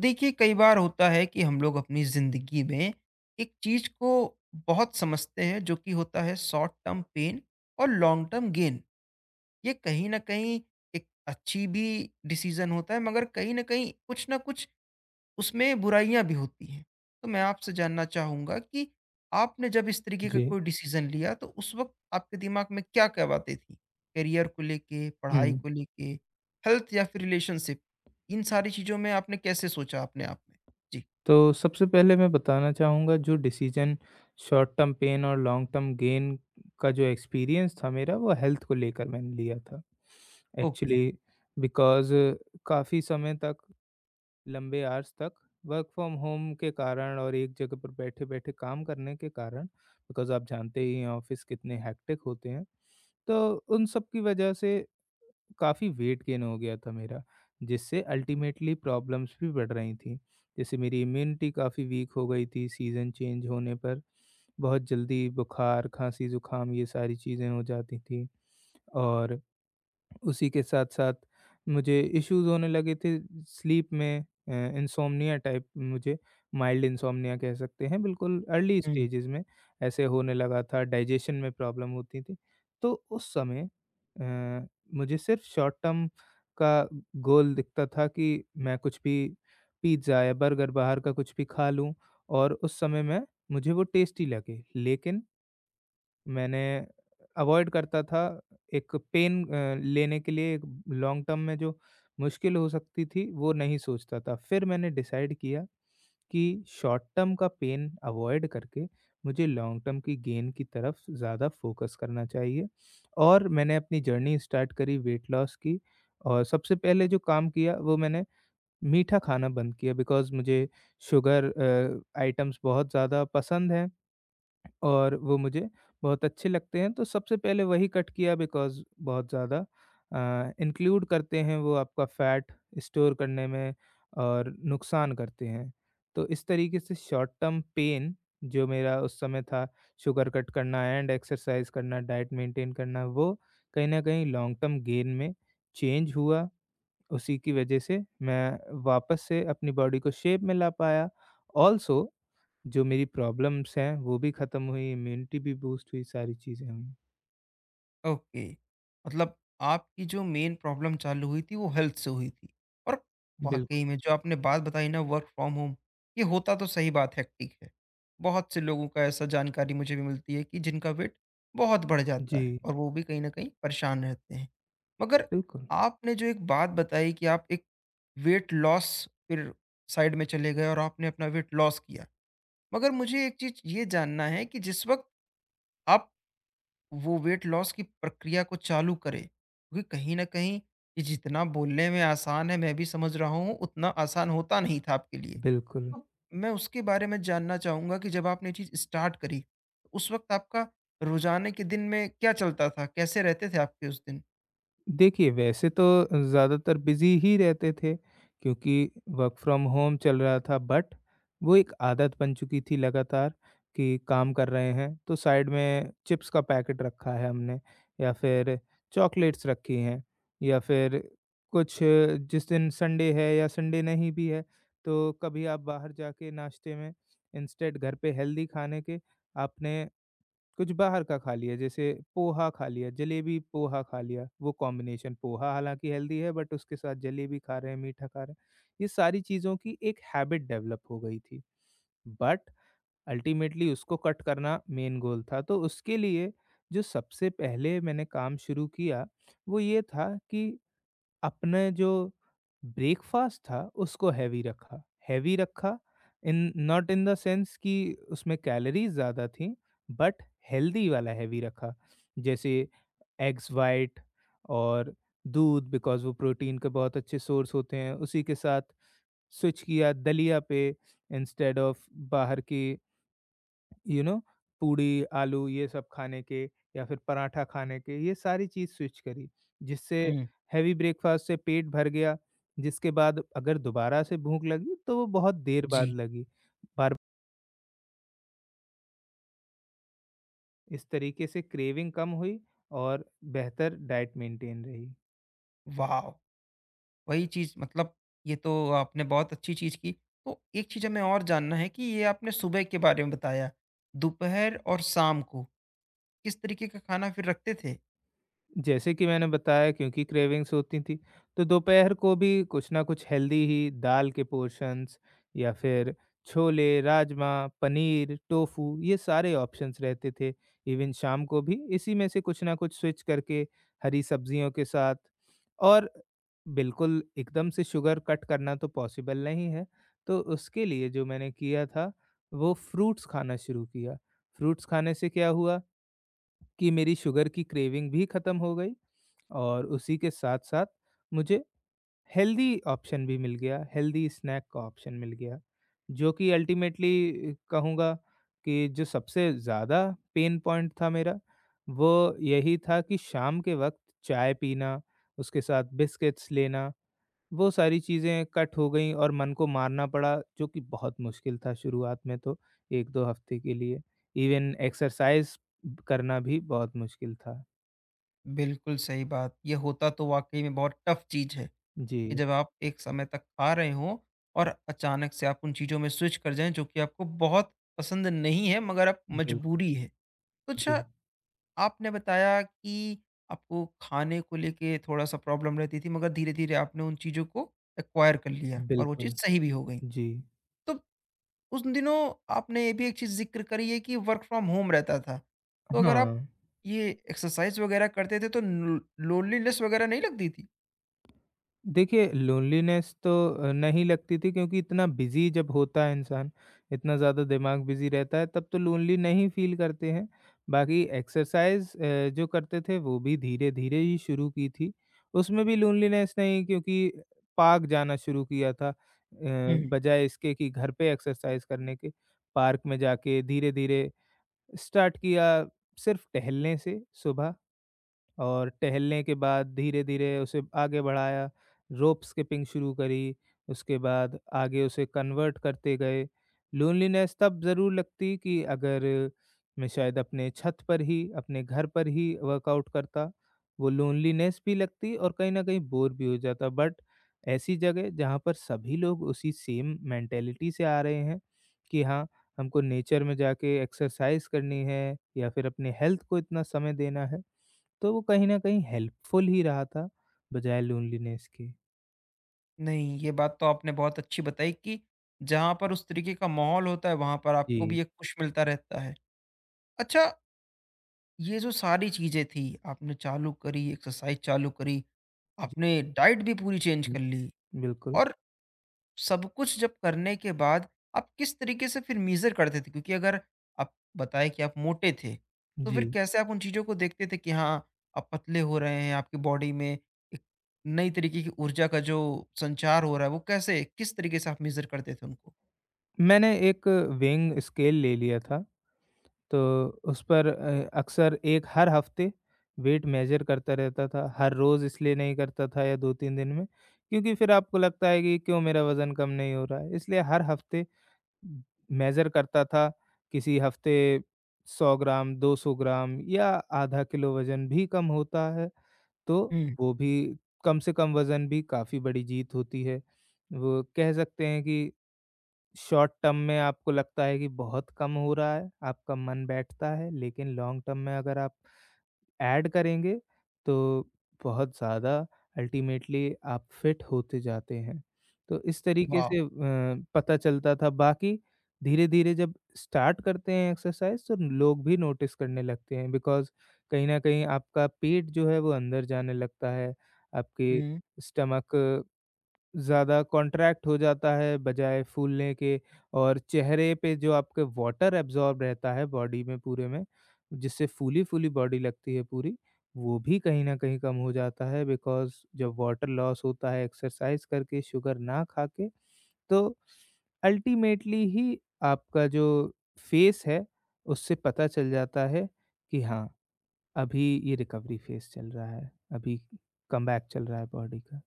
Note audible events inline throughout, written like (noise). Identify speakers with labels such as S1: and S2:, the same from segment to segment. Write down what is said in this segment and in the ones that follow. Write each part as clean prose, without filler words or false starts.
S1: देखिए, कई बार होता है कि हम लोग अपनी जिंदगी में एक चीज को बहुत समझते हैं, जो कि होता है शॉर्ट टर्म पेन और लॉन्ग टर्म गेन। ये कहीं ना कहीं एक अच्छी भी डिसीजन होता है, मगर कहीं ना कहीं कुछ ना कुछ उसमें बुराइयाँ भी होती हैं। तो मैं आपसे जानना चाहूँगा कि आपने जब इस तरीके का
S2: जी।
S1: कोई डिसीज़न लिया तो उस वक़्त आपके दिमाग में क्या-क्या बातें थी? करियर को लेके, पढ़ाई
S2: हुँ,
S1: को लेके, हेल्थ या फिर रिलेशनशिप? इन सारी चीज़ों में आपने कैसे सोचा अपने आप में? जी।
S2: तो सबसे पहले मैं बताना चाहूँगा जो डिसीज़न शॉर्ट टर्म पेन और लॉन्ग टर्म गेन का जो एक्सपीरियंस था मेरा वो हेल्थ को लेकर मैंने लिया था।
S1: ओके।
S2: एक्चुअली बिकॉज़ काफ़ी समय तक, लंबे आवर्स तक वर्क फ्रॉम होम के कारण और एक जगह पर बैठे-बैठे काम करने के कारण बिकॉज़ आप जानते ही हैं ऑफ़िस कितने हेक्टिक होते हैं। तो उन सब की वजह से काफ़ी वेट गेन हो गया था मेरा, जिससे अल्टीमेटली प्रॉब्लम्स भी बढ़ रही थी। जैसे मेरी इम्यूनिटी काफ़ी वीक हो गई थी सीज़न चेंज होने पर। बहुत जल्दी बुखार, खाँसी, ज़ुकाम ये सारी चीज़ें हो जाती थी और उसी के साथ-साथ मुझे इश्यूज़ होने लगे थे स्लीप में अ, इंसोम्निया टाइप मुझे माइल्ड इंसोम्निया कह सकते हैं, बिल्कुल अर्ली
S1: हुँ।
S2: स्टेजेज़ में ऐसे होने लगा था, डाइजेशन में प्रॉब्लम होती थी। तो उस समय अ, मुझे सिर्फ़ शॉर्ट टर्म का गोल दिखता था कि मैं कुछ भी पिज़्ज़ा या बर्गर बाहर का कुछ भी खा लूँ और उस समय मैं मुझे वो टेस्टी लगे। लेकिन मैंने अवॉइड करता था एक पेन लेने के लिए एक लॉन्ग टर्म में जो मुश्किल हो सकती थी वो नहीं सोचता था। फिर मैंने डिसाइड किया कि शॉर्ट टर्म का पेन अवॉइड करके मुझे लॉन्ग टर्म की गेन की तरफ ज़्यादा फोकस करना चाहिए और मैंने अपनी जर्नी स्टार्ट करी वेट लॉस की और सबसे पहले जो काम किया वो मैंने मीठा खाना बंद किया बिकॉज़ मुझे शुगर आइटम्स बहुत ज़्यादा पसंद हैं। और वो मुझे बहुत अच्छे लगते हैं, तो सबसे पहले वही कट किया बिकॉज़ बहुत ज़्यादा इंक्लूड करते हैं वो आपका फैट स्टोर करने में और नुकसान करते हैं। तो इस तरीके से शॉर्ट टर्म पेन जो मेरा उस समय था, शुगर कट करना एंड एक्सरसाइज़ करना, डाइट मेंटेन करना, वो कहीं न कहीं लॉन्ग टर्म गेन में चेंज हुआ। उसी की वजह से मैं वापस से अपनी बॉडी को शेप में ला पाया। ऑल्सो जो मेरी प्रॉब्लम्स हैं, वो भी ख़त्म हुई, इम्यूनिटी भी बूस्ट हुई, सारी चीज़ें हुई।
S1: ओके, मतलब आपकी जो मेन प्रॉब्लम चालू हुई थी वो हेल्थ से हुई थी और
S2: बिल्कुल।
S1: वाकई में जो आपने बात बताई ना, वर्क फ्रॉम होम, ये होता तो सही बात, हेक्टिक है। बहुत से लोगों का ऐसा जानकारी मुझे भी मिलती है कि जिनका वेट बहुत बढ़ जाता है
S2: जी,
S1: और वो भी कहीं ना कहीं परेशान रहते हैं। मगर
S2: बिल्कुल,
S1: आपने जो एक बात बताई कि आप एक वेट लॉस, फिर साइड में चले गए और आपने अपना वेट लॉस किया। मगर मुझे एक चीज ये जानना है कि जिस वक्त आप वो वेट लॉस की प्रक्रिया को चालू करे, क्योंकि कहीं ना कहीं ये जितना बोलने में आसान है, मैं भी समझ रहा हूँ, उतना आसान होता नहीं था आपके लिए।
S2: बिल्कुल।
S1: तो मैं उसके बारे में जानना चाहूँगा कि जब आपने ये चीज़ स्टार्ट करी तो उस वक्त आपका रोजाने के दिन में क्या चलता था, कैसे रहते थे आपके उस दिन।
S2: देखिए, वैसे तो ज़्यादातर बिज़ी ही रहते थे क्योंकि वर्क फ्रॉम होम चल रहा था बट वो एक आदत बन चुकी थी लगातार कि काम कर रहे हैं तो साइड में चिप्स का पैकेट रखा है हमने या फिर चॉकलेट्स रखी हैं या फिर कुछ जिस दिन संडे है या संडे नहीं भी है तो कभी आप बाहर जाके नाश्ते में इंस्टेड घर पे हेल्दी खाने के आपने कुछ बाहर का खा लिया जैसे पोहा खा लिया, जलेबी पोहा खा लिया, वो कॉम्बिनेशन पोहा हालाँकि हेल्दी है बट उसके साथ जलेबी खा रहे हैं, मीठा खा रहे हैं। ये सारी चीज़ों की एक हैबिट डेवलप हो गई थी। बट अल्टीमेटली उसको कट करना मेन गोल था, तो उसके लिए जो सबसे पहले मैंने काम शुरू किया, वो ये था कि अपने जो ब्रेकफास्ट था उसको हेवी रखा। हेवी रखा in not in the sense कि उसमें कैलोरीज़ ज़्यादा थी बट हेल्दी वाला हेवी रखा। जैसे एग्स व्हाइट और दूध बिकॉज़ वो प्रोटीन के बहुत अच्छे सोर्स होते हैं। उसी के साथ स्विच किया दलिया पे इंस्टेड ऑफ बाहर की यू नो पूड़ी, आलू ये सब खाने के या फिर पराठा खाने के ये सारी चीज़ स्विच करी, जिससे
S1: हम्म।
S2: हेवी ब्रेकफ़ास्ट से पेट भर गया, जिसके बाद अगर दोबारा से भूख लगी तो वो बहुत देर
S1: जी।
S2: बाद लगी। बार इस तरीके से क्रेविंग कम हुई और बेहतर डाइट मेंटेन रही।
S1: वाह। वही चीज, मतलब ये तो आपने बहुत अच्छी चीज की। तो एक चीज हमें और जानना है कि ये आपने सुबह के बारे में बताया, दोपहर और शाम को किस तरीके का खाना फिर रखते थे?
S2: जैसे कि मैंने बताया क्योंकि क्रेविंग्स होती थी, तो दोपहर को भी कुछ ना कुछ हेल्दी ही दाल के पोर्शंस या फिर छोले, राजमा, पनीर, टोफू ये सारे ऑप्शंस रहते थे। इवन शाम को भी इसी में से कुछ ना कुछ स्विच करके हरी सब्जियों के साथ और बिल्कुल एकदम से शुगर कट करना तो पॉसिबल नहीं है, तो उसके लिए जो मैंने किया था वो फ्रूट्स खाना शुरू किया। फ्रूट्स खाने से क्या हुआ कि मेरी शुगर की क्रेविंग भी खत्म हो गई। और उसी के साथ-साथ मुझे हेल्दी ऑप्शन भी मिल गया, हेल्दी स्नैक का ऑप्शन मिल गया, जो कि अल्टीमेटली कहूँगा कि जो सबसे ज़्यादा पेन पॉइंट था मेरा, वो यही था कि शाम के वक़्त चाय पीना, उसके साथ बिस्किट्स लेना, वो सारी चीज़ें कट हो गईं और मन को मारना पड़ा, जो कि बहुत मुश्किल था शुरुआत में तो 1-2 हफ़्ते के लिए। इवन एक्सरसाइज़ करना भी बहुत मुश्किल था।
S1: बिल्कुल सही बात। ये होता तो वाक़ई में बहुत टफ़ चीज़ है कि
S2: जी,
S1: जब आप एक समय तक खा रहे हों और अचानक से आप उन चीज़ों में स्विच कर जाएँ जो कि आपको बहुत पसंद नहीं है, मगर अब
S2: बिल्कुल,
S1: मजबूरी है। तो
S2: जी।
S1: अच्छा, आपने बताया कि आपको खाने को लेके थोड़ा-सा प्रॉब्लम रहती थी, मगर धीरे-धीरे आपने उन चीज़ों को एक्वायर कर लिया और वो चीज़
S2: बिल्कुल,
S1: सही भी हो गई।
S2: जी।
S1: तो उस दिनों आपने ये भी एक चीज़ ज़िक्र करी है कि वर्क फ्रॉम होम रहता था। तो अगर आप
S2: हाँ।
S1: ये एक्सरसाइज़ वगैरह करते थे तो लो लोनलीनेस वगैरह नहीं लगती थी?
S2: देखिए, लोनलीनेस तो नहीं लगती थी क्योंकि इतना बिज़ी जब होता है इंसान, इतना ज़्यादा दिमाग बिज़ी रहता है तब तो लोनली नहीं फ़ील करते हैं। बाकी एक्सरसाइज़ जो करते थे वो भी धीरे-धीरे ही शुरू की थी। उसमें भी लोनलीनेस नहीं क्योंकि पार्क जाना शुरू किया था
S1: हुँ।
S2: बजाय इसके कि घर पे एक्सरसाइज़ करने के। पार्क में जाके धीरे-धीरे स्टार्ट किया सिर्फ़ टहलने से सुबह और टहलने के बाद धीरे-धीरे उसे आगे बढ़ाया, रोप स्किपिंग शुरू करी, उसके बाद आगे उसे कन्वर्ट करते गए। लोनलीनेस तब ज़रूर लगती कि अगर मैं शायद अपने छत पर ही, अपने घर पर ही वर्कआउट करता, वो लोनलीनेस भी लगती और कहीं न कहीं बोर भी हो जाता। बट ऐसी जगह जहाँ पर सभी लोग उसी सेम मेंटालिटी से आ रहे हैं कि हाँ, हमको नेचर में जाके एक्सरसाइज़ करनी है या फिर अपने हेल्थ को इतना समय देना है। तो वो कहीं न कहीं हेल्पफुल ही रहा था, बजाय लोनलीनेस के।
S1: नहीं, ये बात तो आपने बहुत अच्छी बताई कि जहाँ पर उस तरीके का माहौल होता है, वहाँ पर आपको
S2: जी,
S1: भी एक पुश मिलता रहता है। अच्छा, ये जो सारी चीज़ें थी, आपने चालू करी, एक्सरसाइज़ चालू करी,
S2: जी।
S1: आपने डाइट भी पूरी चेंज
S2: हुँ,
S1: कर ली
S2: बिल्कुल,
S1: और सब कुछ जब करने के बाद आप किस तरीके से फिर मेज़र करते थे? क्योंकि अगर आप बताएँ कि आप मोटे थे, तो फिर
S2: जी।
S1: कैसे आप उन चीज़ों को देखते थे कि हाँ, आप पतले हो रहे हैं, आपकी बॉडी में एक नई तरीके की ऊर्जा का जो संचार हो रहा है, वो कैसे किस तरीके से आप मेज़र करते थे उनको?
S2: मैंने एक वेइंग स्केल ले लिया था, तो उस पर अक्सर एक हर हफ़्ते वेट मेज़र करता रहता था, हर रोज़ इसलिए नहीं करता था या 2-3 दिन में, क्योंकि फिर आपको लगता है कि क्यों मेरा वज़न कम नहीं हो रहा है, इसलिए हर हफ़्ते मेज़र करता था, किसी हफ़्ते 100 ग्राम, 200 ग्राम या आधा किलो वज़न भी कम होता है तो
S1: हुँ।
S2: वो भी कम से कम वज़न भी काफ़ी बड़ी जीत होती है। वो कह सकते हैं कि शॉर्ट टर्म में आपको लगता है कि बहुत कम हो रहा है, आपका मन बैठता है, लेकिन लॉन्ग टर्म में अगर आप ऐड करेंगे तो बहुत ज़्यादा अल्टीमेटली आप फिट होते जाते हैं। तो इस तरीके
S1: वाह!
S2: से पता चलता था बाकी धीरे-धीरे जब स्टार्ट करते हैं एक्सरसाइज़ तो लोग भी नोटिस करने लगते हैं बिकॉज़ कहीं न कहीं आपका पेट जो है वो अंदर जाने लगता है, आपके
S1: हुँ।
S2: स्टमक ज़्यादा कॉन्ट्रैक्ट हो जाता है बजाय फूलने के और चेहरे पे जो आपके वाटर एब्ज़ॉर्ब रहता है बॉडी में पूरे में, जिससे फूली-फूली बॉडी लगती है पूरी, वो भी कहीं न कहीं कम हो जाता है बिकॉज़ जब वाटर लॉस होता है एक्सरसाइज़ करके, शुगर ना खा के, तो अल्टीमेटली ही आपका जो फेस है, उससे पता चल जाता है कि हाँ, अभी ये रिकवरी फेज़ चल रहा है, अभी कमबैक चल रहा है बॉडी का।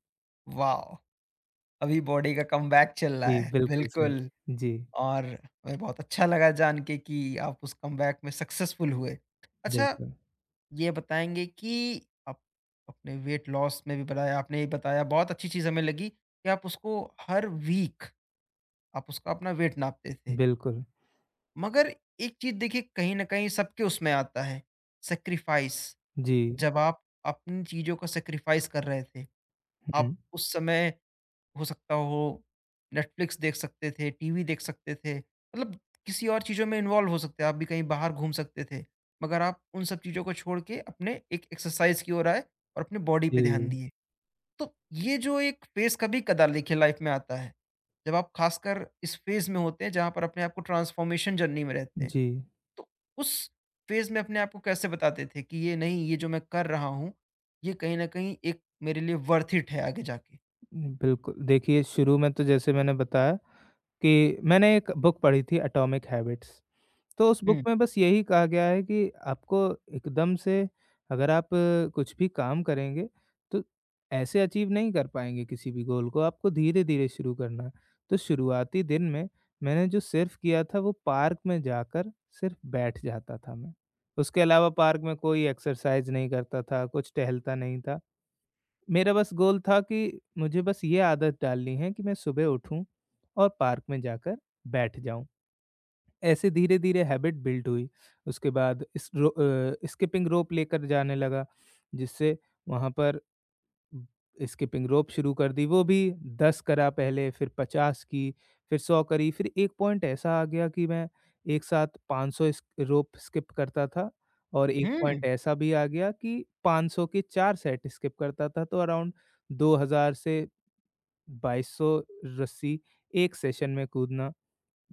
S1: वाह! अभी बॉडी का कमबैक चल रहा
S2: जी,
S1: है,
S2: बिल्कुल सही।
S1: बिल्कुल।
S2: जी।
S1: और हमें बहुत अच्छा लगा जान के कि आप उस कमबैक में सक्सेसफुल हुए। अच्छा,
S2: बिल्कुल,
S1: ये बताएँगे कि आप अपने वेट लॉस में भी बताया, आपने ये बताया बहुत अच्छी चीज़ हमें लगी कि आप उसको हर वीक आप उसका अपना वेट नापते थे।
S2: बिल्कुल।
S1: मगर एक चीज़ देखिए, कहीं न कहीं सबके उसमें आता है, सैक्रिफ़ाइस।
S2: जी,
S1: जब आप अपनी चीज़ों का सैक्रिफ़ाइस कर रहे थे, आप
S2: हुँ,
S1: उस समय हो सकता हो नेटफ्लिक्स देख सकते थे, टीवी देख सकते थे, मतलब किसी और चीज़ों में इन्वॉल्व हो सकते हैं, आप भी कहीं बाहर घूम सकते थे। मगर आप उन सब चीज़ों को छोड़ के अपने एक एक्सरसाइज की ओर आए और अपने बॉडी पे ध्यान
S2: जी,
S1: दिए। तो ये जो एक फेज़ कभी कदार देखिए लाइफ में आता है, जब आप खासकर इस फेज़ में होते हैं जहाँ पर अपने आप को ट्रांसफॉर्मेशन जर्नी में रहते हैं।
S2: जी,
S1: तो उस फेज़ में अपने आप को कैसे बताते थे कि ये नहीं, ये जो मैं कर रहा हूँ, ये कहीं न कहीं एक मेरे लिए वर्थ इट है आगे जाके?
S2: बिल्कुल। देखिए शुरू में तो जैसे मैंने बताया कि मैंने एक बुक पढ़ी थी एटॉमिक हैबिट्स तो उस बुक
S1: हुँ।
S2: में बस यही कहा गया है कि आपको एकदम से अगर आप कुछ भी काम करेंगे तो ऐसे अचीव नहीं कर पाएँगे किसी भी गोल को, आपको धीरे-धीरे शुरू करना है। तो शुरुआती दिन में मैंने जो सिर्फ़ किया था वो पार्क में जाकर सिर्फ़ बैठ जाता था मैं। उसके अलावा पार्क में कोई एक्सरसाइज़ नहीं करता था, कुछ टहलता नहीं था। मेरा बस गोल था कि मुझे बस ये आदत डालनी है कि मैं सुबह उठूँ और पार्क में जाकर बैठ जाऊँ। ऐसे धीरे-धीरे हैबिट बिल्ड हुई। उसके बाद स्किपिंग रोप लेकर जाने लगा, जिससे वहाँ पर स्किपिंग रोप शुरू कर दी, वो भी 10 करा पहले, फिर 50 की, फिर 100 करी, फिर एक पॉइंट ऐसा आ गया कि मैं एक साथ 500 स्क रोप स्किप करता था और एक पॉइंट
S1: हुँ!
S2: ऐसा भी आ गया कि 500 के 4 सेट स्किप करता था, तो अराउंड 2000 से 2200 रस्सी एक सेशन में कूदना।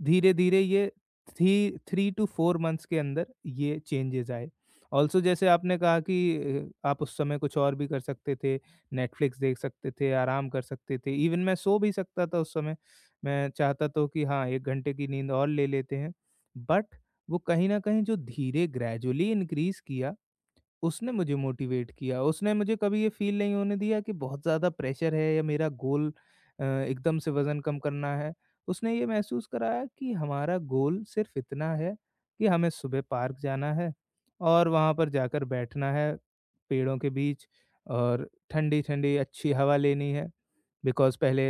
S2: धीरे-धीरे ये थ्री 3 टू 4 मंथ्स के अंदर ये चेंजेज़ आए। ऑल्सो जैसे आपने कहा कि आप उस समय कुछ और भी कर सकते थे, नेटफ्लिक्स देख सकते थे, आराम कर सकते थे, इवन मैं सो भी सकता था उस समय। मैं चाहता तो कि हाँ, 1 घंटे की नींद और ले लेते हैं, बट वो कहीं न कहीं जो धीरे ग्रेजुअली इनक्रीज़ किया उसने मुझे मोटिवेट किया, उसने मुझे कभी ये फ़ील नहीं होने दिया कि बहुत ज़्यादा प्रेशर है या मेरा गोल एकदम से वज़न कम करना है। उसने ये महसूस कराया कि हमारा गोल सिर्फ़ इतना है कि हमें सुबह पार्क जाना है और वहाँ पर जाकर बैठना है, पेड़ों के बीच और ठंडी-ठंडी अच्छी हवा लेनी है। बिकॉज़ पहले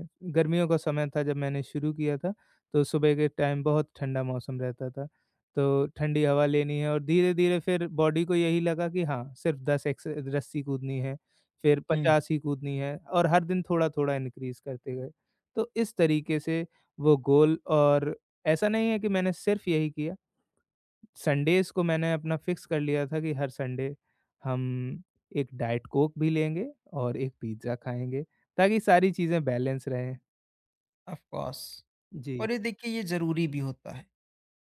S2: अ, गर्मियों का समय था जब मैंने शुरू किया था, तो सुबह के टाइम बहुत ठंडा मौसम रहता था। तो ठंडी हवा लेनी है और धीरे-धीरे फिर बॉडी को यही लगा कि हाँ, सिर्फ़ 10 एक्स रस्सी कूदनी है, फिर
S1: हुँ।
S2: 50 ही कूदनी है और हर दिन थोड़ा-थोड़ा इनक्रीज़ करते गए। तो इस तरीके से वो गोल और ऐसा नहीं है कि मैंने सिर्फ़ यही किया। संडेज़ को मैंने अपना फिक्स कर लिया था कि हर संडे हम एक डाइट कोक भी लेंगे और एक पिज़्ज़ा खाएँगे, ताकि सारी चीज़ें बैलेंस रहें।
S1: Of course.
S2: जी,
S1: और ये देखिए, ये ज़रूरी भी होता है।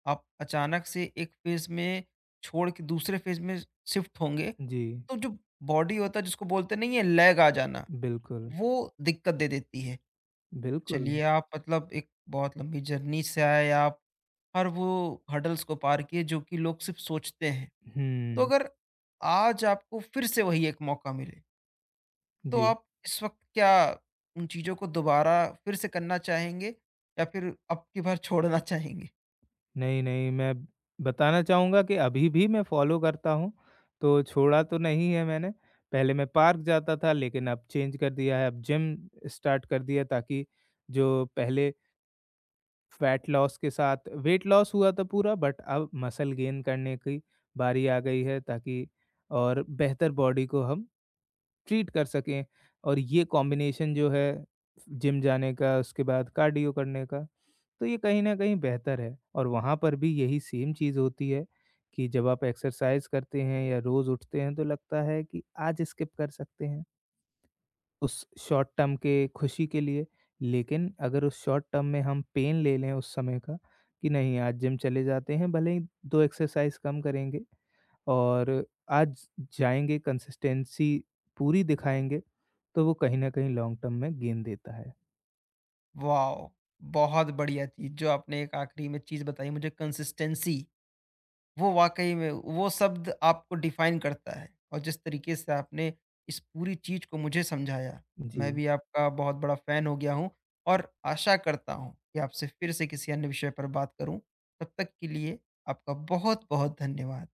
S1: आप अचानक से एक फ़ेज़ में छोड़ के दूसरे फ़ेज़ में शिफ्ट होंगे,
S2: जी,
S1: तो जो बॉडी होता है जिसको बोलते नहीं है लैग आ जाना,
S2: बिल्कुल,
S1: वो दिक्कत दे देती है।
S2: बिल्कुल।
S1: चलिए, आप मतलब एक बहुत लंबी जर्नी से आए आप, हर वो हर्डल्स को पार किए जो कि लोग सिर्फ़ सोचते हैं। तो
S2: हुँ,
S1: अगर आज आपको फिर से वही एक मौका मिले, तो
S2: जी।
S1: आप इस वक़्त क्या उन चीज़ों को दोबारा फिर से करना चाहेंगे या फिर अब की बार (laughs) छोड़ना चाहेंगे?
S2: नहीं, नहीं, मैं बताना चाहूँगा कि अभी भी मैं फ़ॉलो करता हूँ, तो छोड़ा तो नहीं है मैंने। पहले मैं पार्क जाता था लेकिन अब चेंज कर दिया है, अब जिम स्टार्ट कर दिया ताकि जो पहले फैट लॉस के साथ वेट लॉस हुआ था पूरा बट अब मसल गेन करने की बारी आ गई है ताकि और बेहतर बॉडी को हम ट्रीट कर सकें और ये कॉम्बिनेशन जो है जिम जाने का उसके बाद कार्डियो करने का तो ये कहीं न कहीं बेहतर है और वहाँ पर भी यही सेम चीज़ होती है कि जब आप एक्सरसाइज़ करते हैं या रोज़ उठते हैं तो लगता है कि आज स्किप कर सकते हैं। उस शॉर्ट टर्म के खुशी के लिए, लेकिन अगर उस शॉर्ट टर्म में हम पेन ले लें उस समय का, कि नहीं आज जिम चले जाते हैं, भले ही 2 एक्सरसाइज कम करेंगे और आज जाएँगे कंसिस्टेंसी पूरी दिखाएँगे, तो वो कहीं न कहीं लॉन्ग टर्म में गेन देता है।
S1: वाओ! बहुत बढ़िया चीज़ जो आपने एक आखिरी में चीज़ बताई मुझे, कंसिस्टेंसी, वो वाक़ई में वो शब्द आपको डिफ़ाइन करता है और जिस तरीके से आपने इस पूरी चीज़ को मुझे समझाया, मैं
S2: जी,
S1: भी आपका बहुत बड़ा फ़ैन हो गया हूँ और आशा करता हूँ कि आपसे फिर से किसी अन्य विषय पर बात करूँ। तब तक के लिए आपका बहुत-बहुत धन्यवाद।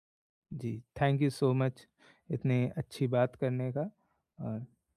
S2: जी, थैंक यू सो मच इतने अच्छी बात करने का और